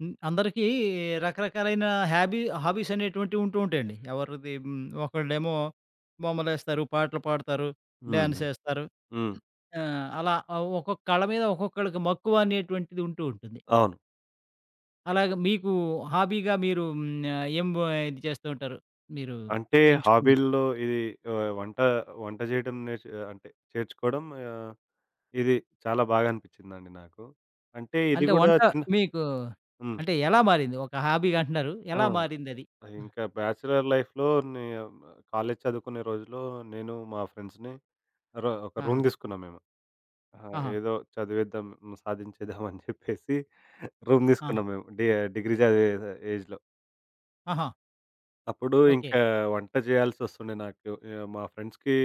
హ్మ్. అందరికీ రకరకాలైన హాబీస్ అనేటువంటివి ఉంటూ ఉంటాయండి. ఎవరిది హ్మ్, ఒకళ్ళేమో బొమ్మలేస్తారు, పాటలు పాడతారు, హ్మ్. డాన్స్ ఏస్తారు. హ్మ్. అలా ఒక్కొక్క కళ మీద ఒక్కొక్కళ్ళకి మక్కువ అనేటువంటిది ఉంటూ ఉంటుంది. అవును. అలాగే మీకు హాబీగా మీరు హ్మ్, ఏం వ ఇది చేస్తూ ఉంటారు? మీరు అంటే ఎంచుకున్నది. హాబీల్లో ఇది వంట వంట చేయడం నేర్చు అంటే చేర్చుకోవడం ఆహ్, ఇది చాలా బాగా అనిపించిందండి నాకు. అంటే ఇది అంటే గూడా వంట చిన్న మీకు హ్మ్. అంటే ఎలా మారింది? ఒక హాబీగా అంటున్నారు. ఆ! ఎలా మారిందది? ఆ! ఇంకా బ్యాచిలర్ లైఫ్‌లో నే కాలేజీ చదువుకునే రోజుల్లో నేను మా ఫ్రెండ్స్‌ని ఒక ఆహా! రూమ్ తీసుకున్నాం మేము. ఆహా! ఆహా! ఏదో చదివేద్దాం, సాధించేద్దాం అని చెప్పేసి రూమ్ ఆ! తీసుకున్నాం మేము. డిగ్రీ చదివే ఏజ్‌లో. ఆహా! అప్పుడు ఓకే. ఇంకా వంట చేయాల్సొస్తుండే నాకు. మా ఫ్రెండ్స్‌కి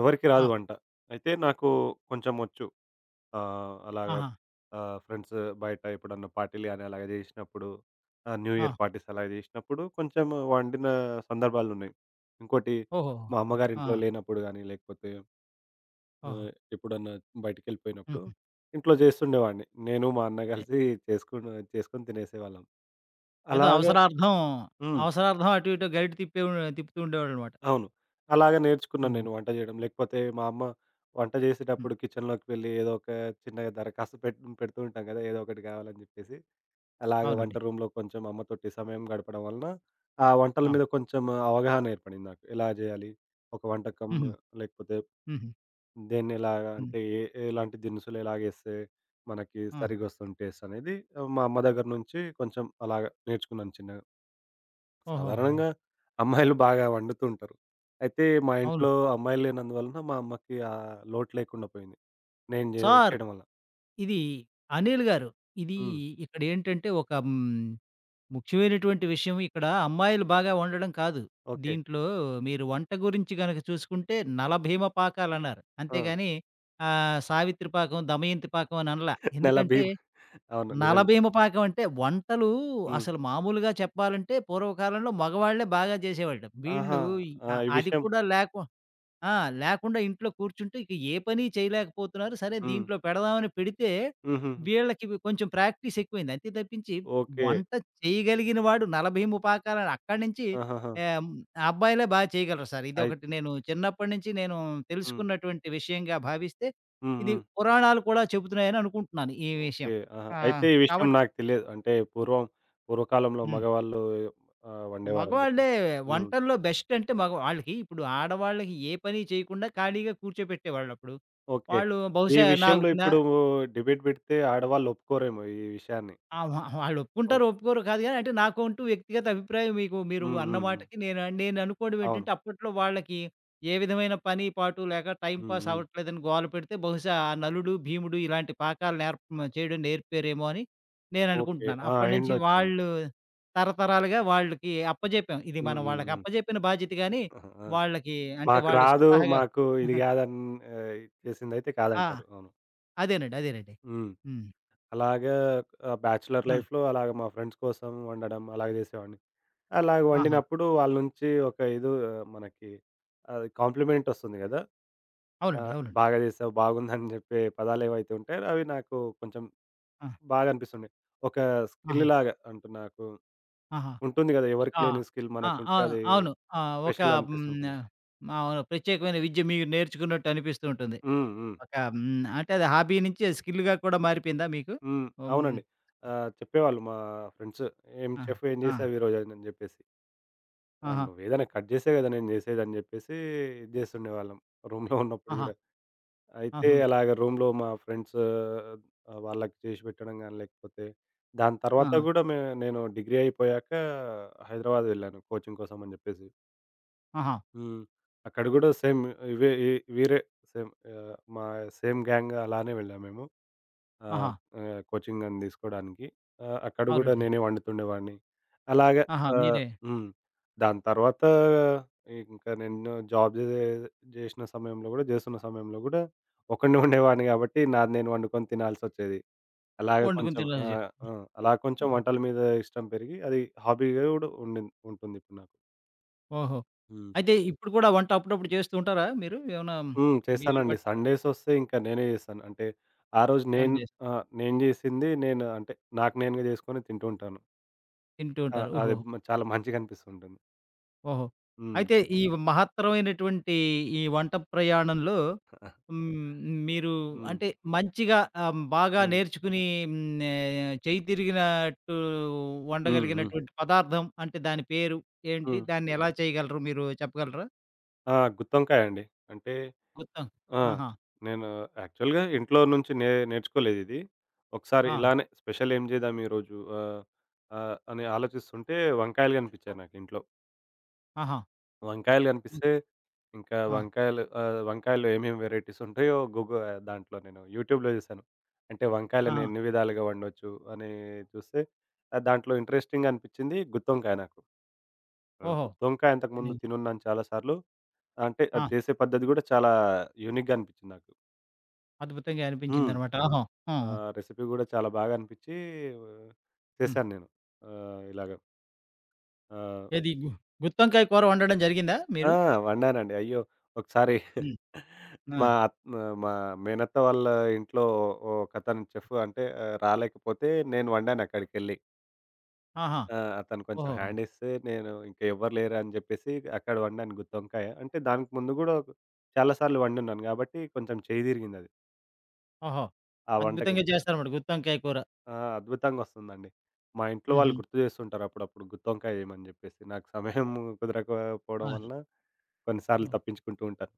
ఎవరికీ ఆ! రాదు వంట. అయితే నాకు కొంచెం వచ్చు. అలాగా ఆహా! ఫ్రెండ్స్ బయట ఎప్పుడన్నా పార్టీలు గాని అలాగ జేసినప్పుడు న్యూ ఆ! ఇయర్ పార్టీస్ అలాగ జేసినప్పుడు కొంచెం వండిన సందర్భాలున్నాయి. ఇంకోటి ఓహోహో! మా ఆ! అమ్మగారింట్లో లేనప్పుడు గాని, లేకపోతే ఓహో! ఆహ్, ఎప్పుడన్నా బయటికెళ్ళిపోయినప్పుడు హుహు. ఇంట్లో జేస్తుండేవాడిని. నేను, మా అన్న గలిసి చేసుకుని చేసుకొని తినేసేవాళ్ళం. ఏదో అలాగా. అవసరార్థం, హ్మ్. అవసరార్థం అటు ఇటు గైడ్ తిప్పుతూ ఉండేవాడనమాట. అవును. అలాగే నేర్చుకున్నాను హ్మ్. నేను వంట జేయడం. లేకపోతే మా అమ్మ వంట హ్మ్. జేసేటప్పుడు కిచెన్‌లోకి వెళ్లి ఏదో ఒక చిన్నగా దరఖాస్తు పెడుతూ ఉంటాం గదా! ఏదో ఒకటి గావాలని జెప్పేసి. అలాగే వంట అవునండి. రూమ్‌లో కొంచెం అమ్మతోటి సమయం గడపడం వలన ఆ వంటల ఆ! మీద కొంచెం అవగాహన ఏర్పడింది నాకు. ఎలా జేయాలి? ఒక వంటకం హుహు. లేకపోతే హుహు. దేన్నెలాగ హ్మ్. అంటే ఏ ఎలాంటి దినుసులు ఎలాగేస్తే మనకి ఆ! సరిగొస్తుంది టేస్ట్ అనేది ఆ, మా అమ్మ దగ్గర నుంచి కొంచెం అలాగా నేర్చుకున్నాను చిన్నగా. ఓహోహో! సాధారణంగా అమ్మాయిలు బాగా వండుతూ ఉంటారు. అయితే మా అవును. ఇంట్లో అమ్మాయిలు లేనందువలన మా అమ్మకి ఆ లోటు లేకుండా పోయింది. నేను సార్ చేయడం వల్ల. ఇది అనిల్ గారు, ఇది హ్మ్. ఇక్కడేంటంటే ఒక హ్మ్, ముఖ్యమైనటువంటి విషయం ఇక్కడ అమ్మాయిలు బాగా వండడం కాదు. ఓకే. దీంట్లో మీరు వంట గురించి గనక చూసుకుంటే నలభీమ పాకాలన్నారు. ఆ! అంతేగాని సావిత్రి పాకం, దమయంతి పాకం అని అనలా. నెల ఎందుకంటే భీమ్ అవును. నిజంగా. నలబీమ పాకం అంటే వంటలు హ్మ్. అసలు మామూలుగా చెప్పాలంటే పూర్వకాలంలో మగవాళ్ళే బాగా చేసేవాళ్ళు. ఆహా! వీళ్ళు ఆ! ఈ అది విషయం. కూడా లేకు ఆ! లేకుండా ఇంట్లో కూర్చుంటే ఇక ఏ పని చేయలేకపోతున్నారు. సరే హ్మ్. దీంట్లో పెడదామని పెడితే, హుహుహు. వీళ్ళకి ఇవి కొంచెం ప్రాక్టీస్ ఎక్కువైంది. అంతే తప్పించి ఓకే. వంట చేయగలిగిన వాడు 40, 30 అక్కడి నుంచి ఆహాహా! ఆహ్, ఆ అబ్బాయిలే బాగా చేయగలరు సార్. అయి ఇదొకటి నేను చిన్నప్పటి నుంచి నేను హ్మ్. తెలుసుకున్నటువంటి విషయంగా భావిస్తే, హ్మ్. ఇది హ్మ్. పురాణాలు కూడా చెబుతున్నాయని అనుకుంటున్నాను ఈ ఓకే. విషయం. ఆహా! ఆహ్, అయితే ఈ విషయం కాబట్టి నాకు తెలియదు. అంటే పూర్వకాలంలో హ్మ్. మగవాళ్ళు వండేవారని జెప్పి. మగవాళ్ళే హ్మ్. వంటల్లో బెస్ట్ అంటే మగ వాళ్ళకి ఇప్పుడు ఆడవాళ్ళకి ఏ పని చేయకుండా ఖాళీగా కూర్చోబెట్టేవాళ్ళప్పుడు. ఓకే. వాళ్ళు ఈ బహుశా నాకు విషయంలో న ఇప్పుడు డిబేట్ బెడితే ఆడవాళ్ళు ఒప్పుకోరేమో ఈ విషయాన్ని. ఆ! వాళ్ళు ఓహ్! ఒప్పుకుంటారో, ఒప్పుకోరో కాదు గానీ, అంటే నాకంటూ వ్యక్తిగత అభిప్రాయం మీకు మీరు హ్మ్. అన్న హ్మ్. హ్మ్. మాటకి నేను నేను అనుకోవడం అవును. ఏంటంటే, అప్పట్లో వాళ్ళకి ఏ విధమైన పని, పాటు లేక టైమ్ హ్మ్. పాస్ హ్మ్. అవ్వట్లేదని గోల పెడితే, బహుశా ఆ నలుడు, భీముడు ఇలాంటి పాకాలు చేయడం నేర్పారేమో అని ఓకే. నేననుకుంటున్నాను. ఆ! అప్పటినుంచి అయిండొచ్చండి. వాళ్ళు తరతరాలుగా వాళ్ళకి అప్పజెప్పాం. ఇది హ్మ్. మనం హ్మ్. వాళ్ళకి హ్మ్. అప్పజెప్పిన బాధ్యత గానీ, ఆహా! ఆ! వాళ్ళకి అంటే మాకు వాళ్ళు రాదు. స్వతహాగా మాకు ఇది గాదని ఆహ్, చేసిందైతే ఆ! కాదంటారు. అవును. అదేనండి. అదేనండి. హ్మ్. హ్మ్. అలాగా బ్యాచిలర్ ఆ! లైఫ్‌లో అలాగ మా ఫ్రెండ్స్ కోసం వండడం అలాగ జేసేవాడిని. అలాగ ఆహా! వండినప్పుడు వాళ్ళ నుంచి ఒక ఇది ఆ, మనకి అది కాంప్లిమెంట్ ఒస్తుంది గదా! ఆ! అవునండి. అవునండి. బాగా జేసావు, బాగుందని జెప్పే పదాలేవైతే ఉంటాయో అవి నాకు కొంచెం ఆ! బాగా అనిపిస్తుండే. ఒక ఆహా! స్కిల్‌లాగా అంటే నాకు ఆహా! ఉంటుంది గదా! ఒక ఎవరికీ లేని స్కిల్ ఆ! మనకుంటే అవును. అది అవును. ఆ! ఒక స్పెషల్ అనిపిస్తుంటుంది. హ్మ్. అవును. ప్రత్యేకమైన విద్య మీరు నేర్చుకున్నట్టు అనిపిస్తూ ఉంటుంది. హ్మ్. హ్మ్. ఒక హ్మ్. అంటే అది హాబీ నుంచి స్కిల్‌గా కూడా మారిపోయిందా మీకు? హ్మ్. హ్మ్. అవునండి. చెప్పేవాళ్ళు మా ఫ్రెండ్స్. "ఏం ఆ! చెఫ్ ఏం ఆ! చేసావు ఈరోజని" జెప్పేసి. "ఆ! ఆహా! నువ్వేదైనా కట్ జేసే గదా! నేను జేసేదని" జెప్పేసి ఇది జేస్తుండేవాళ్ళం రూమ్‌లో ఉన్నప్పుడు ఆహా! గూడా. అయితే ఆహం, అలాగ రూమ్‌లో మా ఫ్రెండ్స్ వాళ్ళకి చేసి పెట్టడం గాని, లేకపోతే దాని ఆ! తర్వాత హ్మ్. గూడా నేను డిగ్రీ అయిపోయాక హైదరాబాద్ వెళ్ళాను కోచింగ్ కోసం అని జెప్పేసి. ఆహా! ఆహా! హ్మ్. అక్కడ గూడా సేమ్ ఇవే ఈ వీరే సేమ్ ఆహ్, మా సేమ్ గ్యాంగ్ అలానే వెళ్ళాం మేము. ఆహ్, ఆహా! ఆహ్, కోచింగ్ అని తీసుకోవడానికి. అక్కడ గూడా అవునండి. నేనే వండుతుండేవాడిని. అలాగా. ఆహా! ఆహ్, మీరే హ్మ్. దాని తర్వాత ఇంకా నేను జాబ్ జే జేసిన సమయంలో గూడా జేస్తున్న సమయంలో గూడా ఒక్కడినే ఉండేవాడిని గాబట్టి నాది నేను వండుకొని తినాల్సొచ్చేది. అలాగ వండుకొని కొంచెం తినడం చే ఆహ్, ఆ! అలా కొంచెం హ్మ్. వంటల మీద ఇష్టం పెరిగి అది హాబీగా గూడా ఉంటుంది ఇప్పుడు నాకు. ఓహో! హ్మ్. అయితే ఇప్పుడు కూడా వంట అప్పుడప్పుడు చేస్తూ ఉంటారా మీరు? ఏమన్నా హ్మ్. వీలుని చేశానండి. బట్టి సండేస్ వస్తే ఇంకా నేనే చేస్తాను. అంటే ఆ రోజు పని నేను చేసి ఆహ్, నేను చేసింది నేను అంటే నాకు నేనుగా చేసుకొని తింటూ ఉంటాను. తింటూ ఆ! ఉంటారు. అది ఓహో! చాలా మంచిగా అనిపిస్తుంటుంది. ఓహో! హ్మ్. అయితే ఈ మహత్తరమైనటువంటి ఈ వంట ప్రయాణంలో హ్మ్, మీరు హ్మ్. అంటే మంచిగా బాగా హ్మ్. నేర్చుకుని హ్మ్, చేయి తిరిగినట్టు హ్మ్. హ్మ్. వండగలిగినటువంటి పదార్థం అంటే దాని పేరు ఏంటి? హ్మ్. దాన్ని ఎలా చేయగలరు మీరు చెప్పగలరా? ఆ! గుత్తొంకాయ అండి. అంటే మొత్తం. ఆ! ఆహా! నేను యాక్చువల్‌గా ఇంట్లో నుంచి నేర్చుకోలేదిది. ఒకసారి ఆ! ఇలానే స్పెషల్ ఏం చేద్దాం ఈరోజు ఆహ్, ఆహ్, అని ఆలోచిస్తుంటే వంకాయలు కనిపించాయి నాకు ఇంట్లో. ఆహా! వంకాయలు గనిపిస్తే, ఓకే. ఇంకా ఆ! వంకాయలు వంకాయల్లో ఏమేమి వెరైటీస్ ఉంటాయో దాంట్లో నేను యూట్యూబ్‌లో జూశాను. అంటే ఆ! వంకాయలని ఎన్ని విధాలుగా వండొచ్చు అని చూస్తే, దాంట్లో ఇంట్రెస్టింగ్‌గా అనిపిచ్చింది గుత్తొంకాయ నాకు. ఓహో! గుత్తొంకాయ అంతకుముందు తెలీదు. తినున్నాను చాలా సార్లు. అంటే ఆ! అది చేసే పద్ధతి గూడా చాలా యూనిక్‌గా అనిపిచ్చింది నాకు. అద్భుతంగా హ్మ్. అనిపించిందనమాట. ఆహా! ఆ! రెసిపీ గూడా చాలా బాగా అనిపిచ్చి హ్మ్. చేశాను నేను. ఇలాగ. ఆ! ఏది గు గుత్తొంకాయ కూర వండడం జరిగిందా ఆ! మీరు? వండానండి. అయ్యో! ఒకసారి హ్మ్. ఆ! మా అత్ మా మేనత్త వాళ్ళ ఇంట్లో ఒకతను చెఫ్ అంటే రాలేకపోతే నేను వండానక్కడికెళ్ళి. ఆహా! ఆ! అతను కొంచెం ఓహో! హ్యాండ్ ఇస్తే నేను ఇంకా ఎవ్వరు లేరు అని చెప్పేసి అక్కడ వండాను గుత్తి వంకాయ. అంటే దానికి ముందు గూడా చాలా సార్లు వండున్నాను గాబట్టి కొంచెం చేయి తిరిగిందది ఓహో! ఆ వంటకం. అద్భుతంగా చేస్తారన్నమాట గుత్తి వంకాయ కూర. ఆ! అద్భుతంగొస్తుందండి. మా ఇంట్లో వాళ్ళు హుహు. గుర్తు చేస్తుంటారు అప్పుడప్పుడు గుత్తి వంకాయ చేయమని జెప్పేసి. నాకు సమయం కుదరకపోవడం ఆ! వలన కొన్నిసార్లు ఓహ్! తప్పించుకుంటూ ఉంటాను.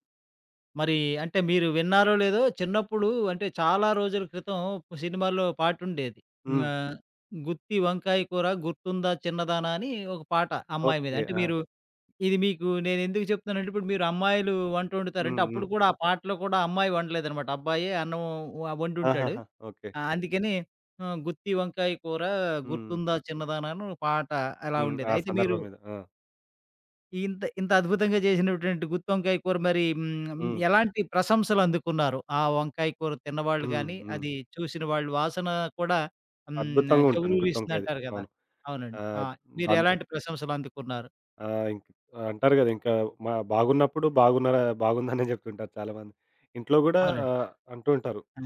మరి అంటే మీరు విన్నారో లేదో చిన్నప్పుడు అంటే చాలా రోజుల క్రితం సినిమాలో పాటుండేది. హ్మ్. ఆహ్, గుత్తి వంకాయ కూర గుర్తుందా చిన్నదానా అని ఒక పాట అమ్మాయి మీద. ఓకే. అంటే ఆ! మీరు ఇది మీకు నేనెందుకు చెప్తున్నానంటే ఇప్పుడు మీరు అమ్మాయిలు వంట వండుతారంటే హ్మ్. హ్మ్. అప్పుడు కూడా ఆ పాటలో కూడా అమ్మాయి వండలేదన్నమాట. అబ్బాయే అన్నం వండుంటాడు. ఆహాహా! ఓకే. అందుకని గుత్తి వంకాయ కూర హ్మ్. గుర్తుందా చిన్నదానా అని ఒక పాట అలా హ్మ్. ఉండేది. ఆ అయితే మీరు సందర్భం మీద. ఆ! ఇంత ఇంత అద్భుతంగా చేసినటువంటి గుత్తొంకాయ కూర మరి హ్మ్, హ్మ్. ఎలాంటి ప్రశంసలు అందుకున్నారు? ఆ వంకాయ కూర తిన్నవాళ్ళు హ్మ్. గాని, హ్మ్. అది చూసిన వాళ్ళు వాసన కూడా హ్మ్, అద్భుతంగా ఉంటుంది గుత్తొంకాయది. చెవులూరిస్తుందంటారు కదా! అవును. అవునండి. ఆ! ఆహ్, దాన్ మీరెలాంటి ప్రశంసలు అందుకున్నారు? ఆహ్, ఇంక అంటారు గదా! ఇంకా బాగున్నప్పుడు బాగున్నారా బాగుందనే జెప్తుంటారు చాలామంది. ఇంట్లో గూడా అవునండి. అంటూ ఉంటారు. ఆ!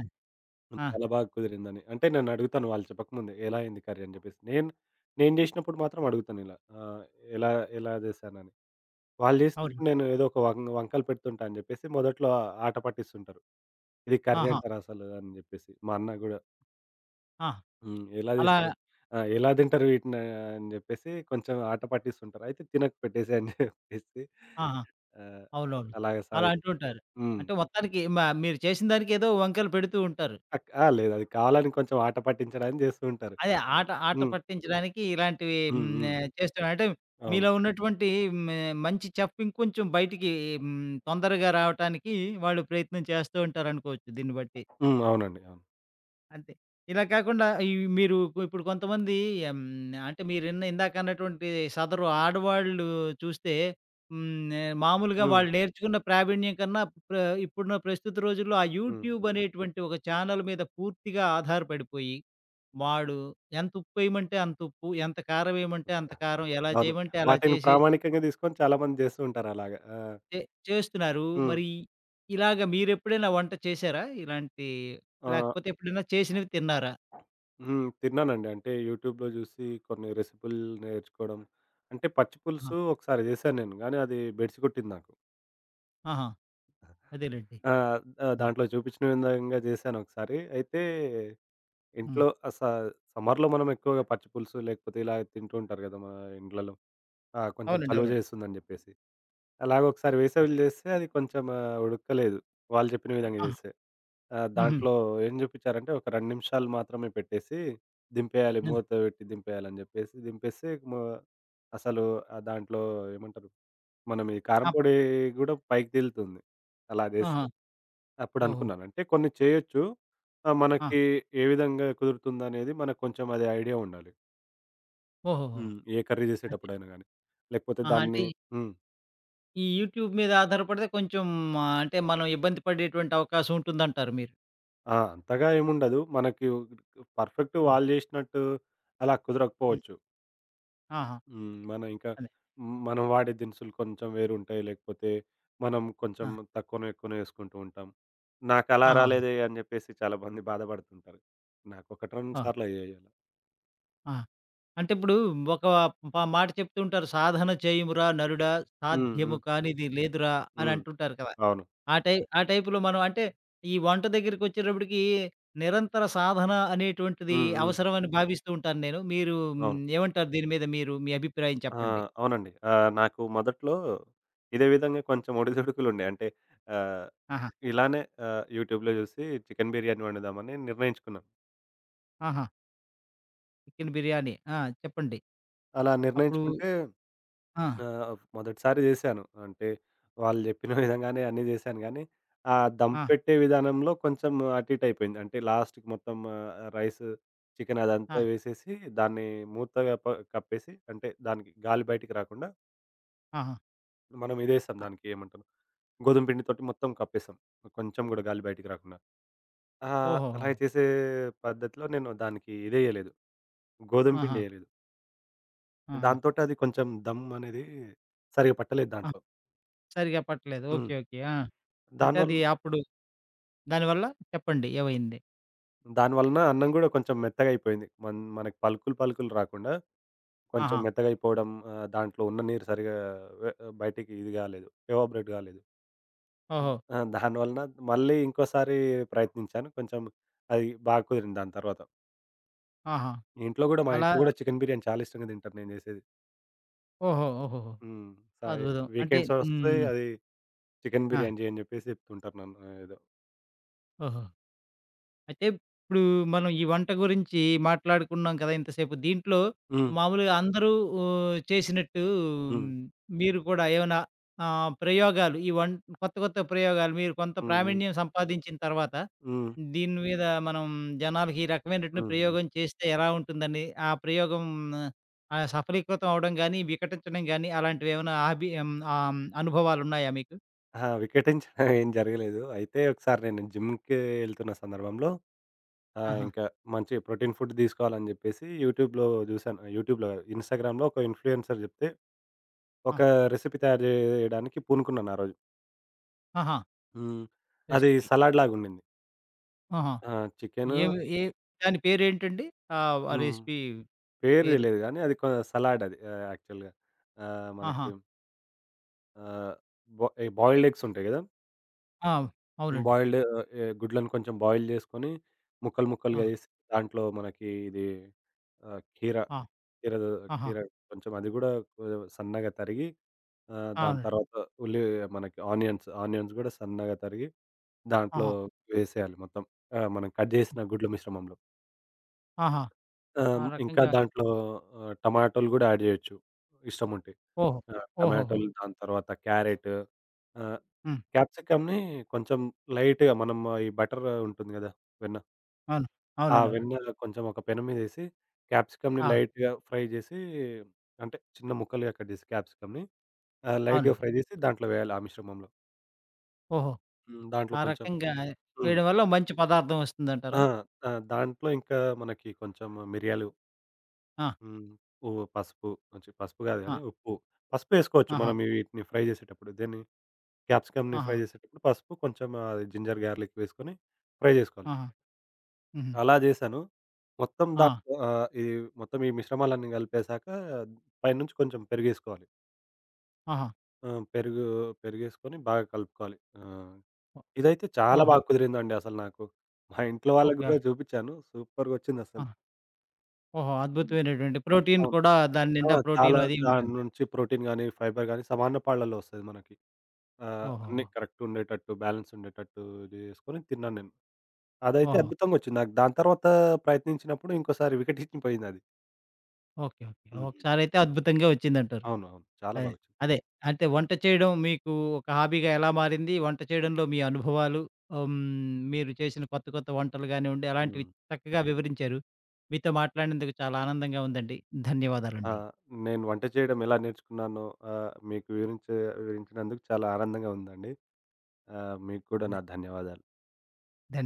ఆ! చాలా బాగా కుదిరిందని. అంటే నన్నడుగుతాను వాళ్ళు చెప్పకముందే ఎలా అయింది కర్రీ అని జెప్పేసి. నేను, నేను జేసినప్పుడు మాత్రం అడుగుతాను ఇలా. ఆహ్, ఎలా ఎలా జేశానని. వాళ్ళు జేసినప్పుడు అవునండి. నేను ఏదో ఒక వంకలు పెడుతుంటా అని జెప్పేసి మొదట్లో ఆట పట్టిస్తుంటారు. ఇది కర్రీ ఆహా! అంటారసలు అని జెప్పేసి. మా అన్న గూడా ఆ! హ్మ్. ఎలా అలా జేస్తారు? ఆ! ఎలా తింటారు వీటిని అని జెప్పేసి కొంచెం ఆట పట్టిస్తుంటారు. అయితే తినకు పెట్టేసేయ్ అని జెప్పేసి ఆహా! ఆహ్, అవునవును. అలాగే అలా సాగు అంటూ ఉంటారు. హ్మ్. అంటే మొత్తానికి మీరు చేసిన దానికి ఏదో వంకలు పెడుతూ ఉంటారు. ఆ! లేదు అది కావాలని కొంచెం ఆట పట్టించడానికి జేస్తూ ఉంటారు. అదే ఆట ఆట హ్మ్. పట్టించడానికి ఇలాంటివి హ్మ్. హ్మ్. హ్మ్. చేస్తున్నారు. అంటే అవును. మీలో ఉన్నటువంటి హ్మ్. మంచి చెఫ్ ఇంకొంచెం బయటికి హ్మ్. తొందరగా రావటానికి వాళ్ళు ప్రయత్నం చేస్తూ ఉంటారనుకోవచ్చు దీన్ని బట్టి. హ్మ్. అవునండి. అవును. అంతే. ఇలా కాకుండా ఈ మీరు ఇప్పుడు కొంతమంది హ్మ్. అంటే మీరిన్న ఇందాక అన్నటువంటి సదరు ఆడవాళ్ళు చూస్తే హ్మ్. మామూలుగా హ్మ్. వాళ్ళు నేర్చుకున్న ప్రావీణ్యం కన్నా ప్ర ఇప్పుడున్న ప్రస్తుత రోజుల్లో ఆ యూట్యూబ్ హ్మ్. అనేటువంటి ఒక ఛానెల్ మీద పూర్తిగా ఆధారపడిపోయి, వాడు ఎంత ఉప్పేయమంటే అంత ఉప్పు, ఎంత కారం వేయమంటే అంత కారం, ఎలా అవును. చేయమంటే అలా వాటిని చేసేసి ప్రామాణికంగా తీసుకొని చాలా మంది జేస్తూ ఉంటారలాగా. ఆ! చే చేస్తున్నారు. హ్మ్. మరి ఇలాగ మీరెప్పుడైనా వంట చేశారా? ఇలాంటి ఆ! లేకపోతే ఎప్పుడైనా చేసినవి తిన్నారా? హ్మ్. తిన్నానండి. అంటే యూట్యూబ్‌లో జూసి కొన్ని రెసిపీలు నేర్చుకోవడం. అంటే పచ్చి ఆ! పులుసు ఒకసారి జేశాను నేను. గానీ అది బెడిసి కొట్టింది నాకు. ఆహా! అదేలెండి. ఆ! హ్మ్. దాంట్లో చూపించిన విధంగా జేశాను ఒకసారి. అయితే హ్మ్. ఇంట్లో సమ్మర్‌లో మనం ఎక్కువగా పచ్చి పులుసు లేకపోతే ఇలా తింటూ ఉంటారు గదా! మన ఇండ్లలో. ఆ! కొంచెం అవునండి. చలువ అవునండి. చేస్తుందని జెప్పేసి. అలాగొకసారి వేసవిలో చేస్తే అది కొంచెం ఉడకలేదు. వాళ్ళు చెప్పిన విధంగా ఆ! చేస్తే. హుహు. దాంట్లో ఏం జూపిచ్చారంటే ఒక 2 నిమిషాలు మాత్రమే పెట్టేసి దింపేయాలి. హ్మ్. మూత పెట్టి దింపేయాలని జెప్పేసి దింపేస్తే అసలు దాంట్లో ఏమంటారు? మనం ఈ కారం అప్ పొడి గూడా పైకి తేలుతుంది. అలా ఆహా! జేస్తే. ఓహో! అప్పుడనుకున్నాను. అంటే కొన్ని చేయొచ్చు. ఆ! మనకి ఏ విధంగా కుదురుతుందనేది మనకు కొంచెం అది ఐడియా ఉండాలి. ఓహోహో! హ్మ్. ఏ కర్రీ అదే. చేసేటప్పుడైనా గాని. లేకపోతే ఆహా! దాన్ని. అంటే హ్మ్. ఈ యూట్యూబ్ మీద ఆధారపడితే కొంచెం అంటే మనం ఇబ్బంది పడేటువంటి అవకాశం ఉంటుందంటారు మీరు. ఆ! అంతగా ఏముండదు. మనకి పర్ఫెక్ట్ హ్మ్. వాళ్ళు చేసినట్టు అలా హ్మ్. కుదరకపోవచ్చు. ఆహా! హ్మ్. మన ఇంకా అదే. మనం వాడే దినుసులు కొంచెం వేరుంటాయి. లేకపోతే మనం కొంచెం ఆ! తక్కువనో, ఎక్కువనో వేసుకుంటూ ఉంటాం. నాకలా ఆహా! రాలేదే అని చెప్పేసి చాలా మంది బాధపడుతుంటారు. నాకొకటి 2 ఆ! సార్లు అయ్యాయి అలా. ఆ! అంటే ఇప్పుడు ఒక మాట చెప్తూ ఉంటారు. సాధన చేయుమురా నరుడా హ్మ్. సాధ్యము హ్మ్. కానిది లేదురా అని హ్మ్. అంటుంటారు కదా! అవును. ఆ టైప్‌లో మనం అంటే, ఈ వంట దగ్గరికొచ్చేటప్పటికి నిరంతర సాధన అనేటువంటిది హ్మ్. హ్మ్. అవసరమని భావిస్తూ ఉంటాను నేను. మీరు హ్మ్, అవును. ఏమంటారు దీని మీద మీరు మీ అభిప్రాయం ఆ! చెప్పండి? అవునండి. నాకు మొదట్లో ఇదే విధంగా కొంచెం ఒడిదుడుకులుండే. అంటే ఆహ్ ఆహా! ఇలానే యూట్యూబ్‌లో చూసి చికెన్ బిర్యానీ వండుదామని నిర్ణయించుకున్నాను. ఆహా! చికెన్ బిర్యానీ. ఆ! చెప్పండి. అలా అప్పుడు నిర్ణయించుకుంటే ఆ! మొదటిసారి చేశాను. అంటే వాళ్ళు చెప్పిన విధంగానే అన్నీ చేశాను గానీ, ఆ దమ్ ఆ! పెట్టే విధానంలో కొంచెం అటు ఇటు అయిపోయింది. అంటే లాస్ట్‌కి మొత్తం రైస్, చికెన్ ఆ! అదంతా వేసేసి దాన్ని మూతగా ప కప్పేసి అంటే దానికి గాలి బయటికి రాకుండా ఆహా! మనం ఇదేసాం ఆ! దానికి ఏమంటారు గోధుమ పిండితోటి మొత్తం కప్పేసాం. కొంచెం కూడా గాలి బయటికి రాకుండా. ఓహోహో! అలాగే చేసే పద్ధతిలో నేను దానికి ఇదేయలేదు, గోధుమ ఆహా! పిండి ఎయలేదు. ఆహా! దాంతోటి అది కొంచెం దమ్ అనేది సరిగ్గా పట్టలేదు ఆ! దాంట్లో. సరిగ్గా పట్టలేదు. హ్మ్. ఓకే. ఓకే. ఆ! అంటే దానివల్ అది అప్పుడు దానివల్ల? చెప్పండి ఏమైంది? దాని వలన అన్నం గూడా కొంచెం మెత్తగయిపోయింది. మనకి పలుకులు, పలుకులు రాకుండా కొంచెం ఆహా! మెత్తగయిపోవడం, దాంట్లో ఉన్న నీరు సరిగ్గా వె బయటికి ఇది గాలేదు. ఎవాపరేట్ గాలేదు. ఓహో! ఆ! దానివలన మళ్ళీ ఇంకోసారి ప్రయత్నించాను. కొంచెం అది బాగా కుదిరింది దాని తర్వాత. ఆహా! ఇంట్లో గూడా మా అలా ఇంట్లో గూడా చికెన్ బిర్యానీ చాలా ఇష్టంగా తింటారు నేను జేసేది. ఓహో! ఓహోహో! హ్మ్. సాయి అద్భుతం. అంటే వీకెండ్స్ ఒస్తే హ్మ్. అది చికెన్ ఆ! బిర్యానీ జేయని జెప్పేసి జెప్తుంటారు నన్ను ఏదో. ఓహో! అయితే ఇప్పుడు మనం ఈ వంట గురించి మాట్లాడుకున్నాం కదా ఇంతసేపు. దీంట్లో హ్మ్. మామూలుగా అందరూ చేసినట్టు హ్మ్, హ్మ్. మీరు కూడా ఏమైనా ప్రయోగాలు ఈ వం కొత్త కొత్త ప్రయోగాలు మీరు కొంత హ్మ్. హ్మ్. ప్రావీణ్యం సంపాదించిన తర్వాత హ్మ్. దీని మీద మనం జనాలకి ఈ రకమైనటువంటి హ్మ్. హ్మ్. ప్రయోగం చేస్తే ఎలా ఉంటుందని, ఆ ప్రయోగం సఫలీకృతం అవ్వడం గానీ, వికటించడం గానీ అలాంటివి ఏమైనా హాబీ అనుభవాలున్నాయా మీకు? అహా! వికెటించడం ఏం జరగలేదు. అయితే ఒకసారి నేను జిమ్‌కి ఎళ్తున్న సందర్భంలో ఆహ్, ఆహా! ఇంకా మంచి ప్రోటీన్ ఫుడ్ తీసుకోవాలని చెప్పేసి యూట్యూబ్‌లో చూసాను. యూట్యూబ్‌లో కాదు, ఇన్‌స్టాగ్రామ్‌లో ఒక ఇన్‌ఫ్లూయెన్సర్ చెప్తే ఆ! ఒక రెసిపీ తయారు చేయడానికి పూనుకున్నాను ఆ రోజు. ఆహా! హ్మ్. అది రెసిపీ. సలాడ్ లాగా ఉండింది. ఆహా! ఆ! చికెను ఏమి ఏ దాని పేరేంటండి? ఆ హ్మ్. రెసిపీ పేరు పేరు. తెలీదు గానీ అది కొ సలాడ్ అది యాక్చువల్‌గా. ఆహా! మనకి ఆహ్, బా బాయిల్డ్ ఎగ్స్ ఉంటాయి కదా! ఆ! అవునండి. బాయిల్డ్ ఆహ్, ఎ గుడ్లను కొంచెం బాయిల్ చేసుకొని, ముక్కలు ముక్కలుగా ఆ! చేసి దాంట్లో మనకి ఇది ఆహ్, కీర ఆ! కీర ఆహా! కీర కొంచెం అది గూడా సన్నగా తరిగి, దాని అవునండి. తర్వాత ఉల్లి మనకి ఆనియన్స్, ఆనియన్స్ గూడా సన్నగా తరిగి దాంట్లో ఆహా! వేసేయాలి మొత్తం. ఆ! మనం కట్ చేసిన గుడ్ల మిశ్రమంలో. ఆహా! ఆ! ఆ హ్మ్. ఇంకా రకంగా దాంట్లో టమాటోలు గూడా యాడ్ జేయొచ్చు ఇష్టముంటే. ఓహో! ఆ! ఓహోహో! టమాటోలు దాని తర్వాత క్యారెట్, ఆహ్, హ్మ్. క్యాప్సికమ్‌ని కొంచెం లైట్‌గా మనం ఈ బటర్ ఉంటుంది గదా! వెన్న. అవును. ఆ అవునండి. అవునండి. వెన్న కొంచెం ఒక పెనం మీదేసి క్యాప్సికమ్‌ని ఆ! లైట్‌గా ఫ్రై జేసి అంటే చిన్న ముక్కలుగా కట్ జేసి క్యాప్సికమ్‌ని లైట్‌గా అవునండి. ఫ్రై జేసి దాంట్లో వేయాలి ఆ మిశ్రమంలో. ఓహో! హ్మ్. దాంట్లో ఆ కొంచెం రకంగా హ్మ్. వేయడం వల్ల మంచి పదార్థం ఆ! వస్తుందంటారా? ఆ! దాంట్లో ఇంకా మనకి కొంచెం మిరియాలు. ఆ! హ్మ్. ఓ పసుపు చి పసుపు గాదు ఆ! గానీ ఉప్పు. పసుపేసుకోవచ్చు ఆహా! మనం. ఓకే. వీటిని ఫ్రై జేసేటప్పుడు. దీన్ని క్యాప్సికమ్‌ని ఆహా! ఫ్రై జేసేటప్పుడు పసుపు, కొంచెం జింజర్ గార్లిక్ వేసుకొని ఫ్రై జేసుకోవాలి. ఆహా! హుహు. అలా జేశాను. మొత్తం ఆ! దాంట్లో ఆహ్, ఈ మొత్తం ఈ మిశ్రమాలన్నీ కలిపేశాక పైనుంచి కొంచెం పెరుగేసుకోవాలి. ఆహా! ఆ! పెరుగేసుకొని బాగా కలుపుకోవాలి. ఆ! ఓ ఇదైతే చాలా ఓహో! బాగా కుదిరిందండి అసలు నాకు. మా ఇంట్లో వాళ్ళకి ఓకే. గూడా చూపిచ్చాను. ఆ! సూపర్‌గొచ్చిందసలు. ఓహో! హ్మ్. అద్భుతమైనటువంటి ప్రోటీన్ అవును. కూడా దాని ఆ! నిండా చాలా ప్రోటీన్ అది దాని ఉంటుంది. నుంచి ప్రోటీన్ గాని, ఫైబర్ గాని సమాన పాళ్ళలో వస్తది మనకి. అన్నీ ఓహోహో! కరెక్ట్ ఉండేటట్టు, బ్యాలెన్స్ ఉండేటట్టు ఇది చేసుకొని తిన్నాను నేను. అదైతే ఓహో! అద్భుతంగొచ్చింది నాకు. దాని తర్వాత ప్రయత్నించినప్పుడు ఇంకోసారి వికటించిపోయిందది. ఓకే. ఓకే. హుహు. ఒకసారైతే అద్భుతంగా వచ్చిందంటారు. అవునవును. చాలా అదే. బాగొచ్చింది. అదే. అంటే వంట చేయడం మీకు ఒక హాబీగా ఎలా మారింది? వంట చేయడంలో మీ అనుభవాలు హ్మ్. మీరు చేసిన కొత్త కొత్త వంటలు గానివ్వండి, అలాంటివి హ్మ్. చక్కగా వివరించారు. మీతో మాట్లాడినందుకు చాలా ఆనందంగా ఉందండి. ఆ! ధన్యవాదాలండి. నేను వంట చేయడం ఎలా నేర్చుకున్నానో మీకు వివరించినందుకు చాలా ఆనందంగా ఉందండి. మీకు కూడా నా ధన్యవాదాలు. ధ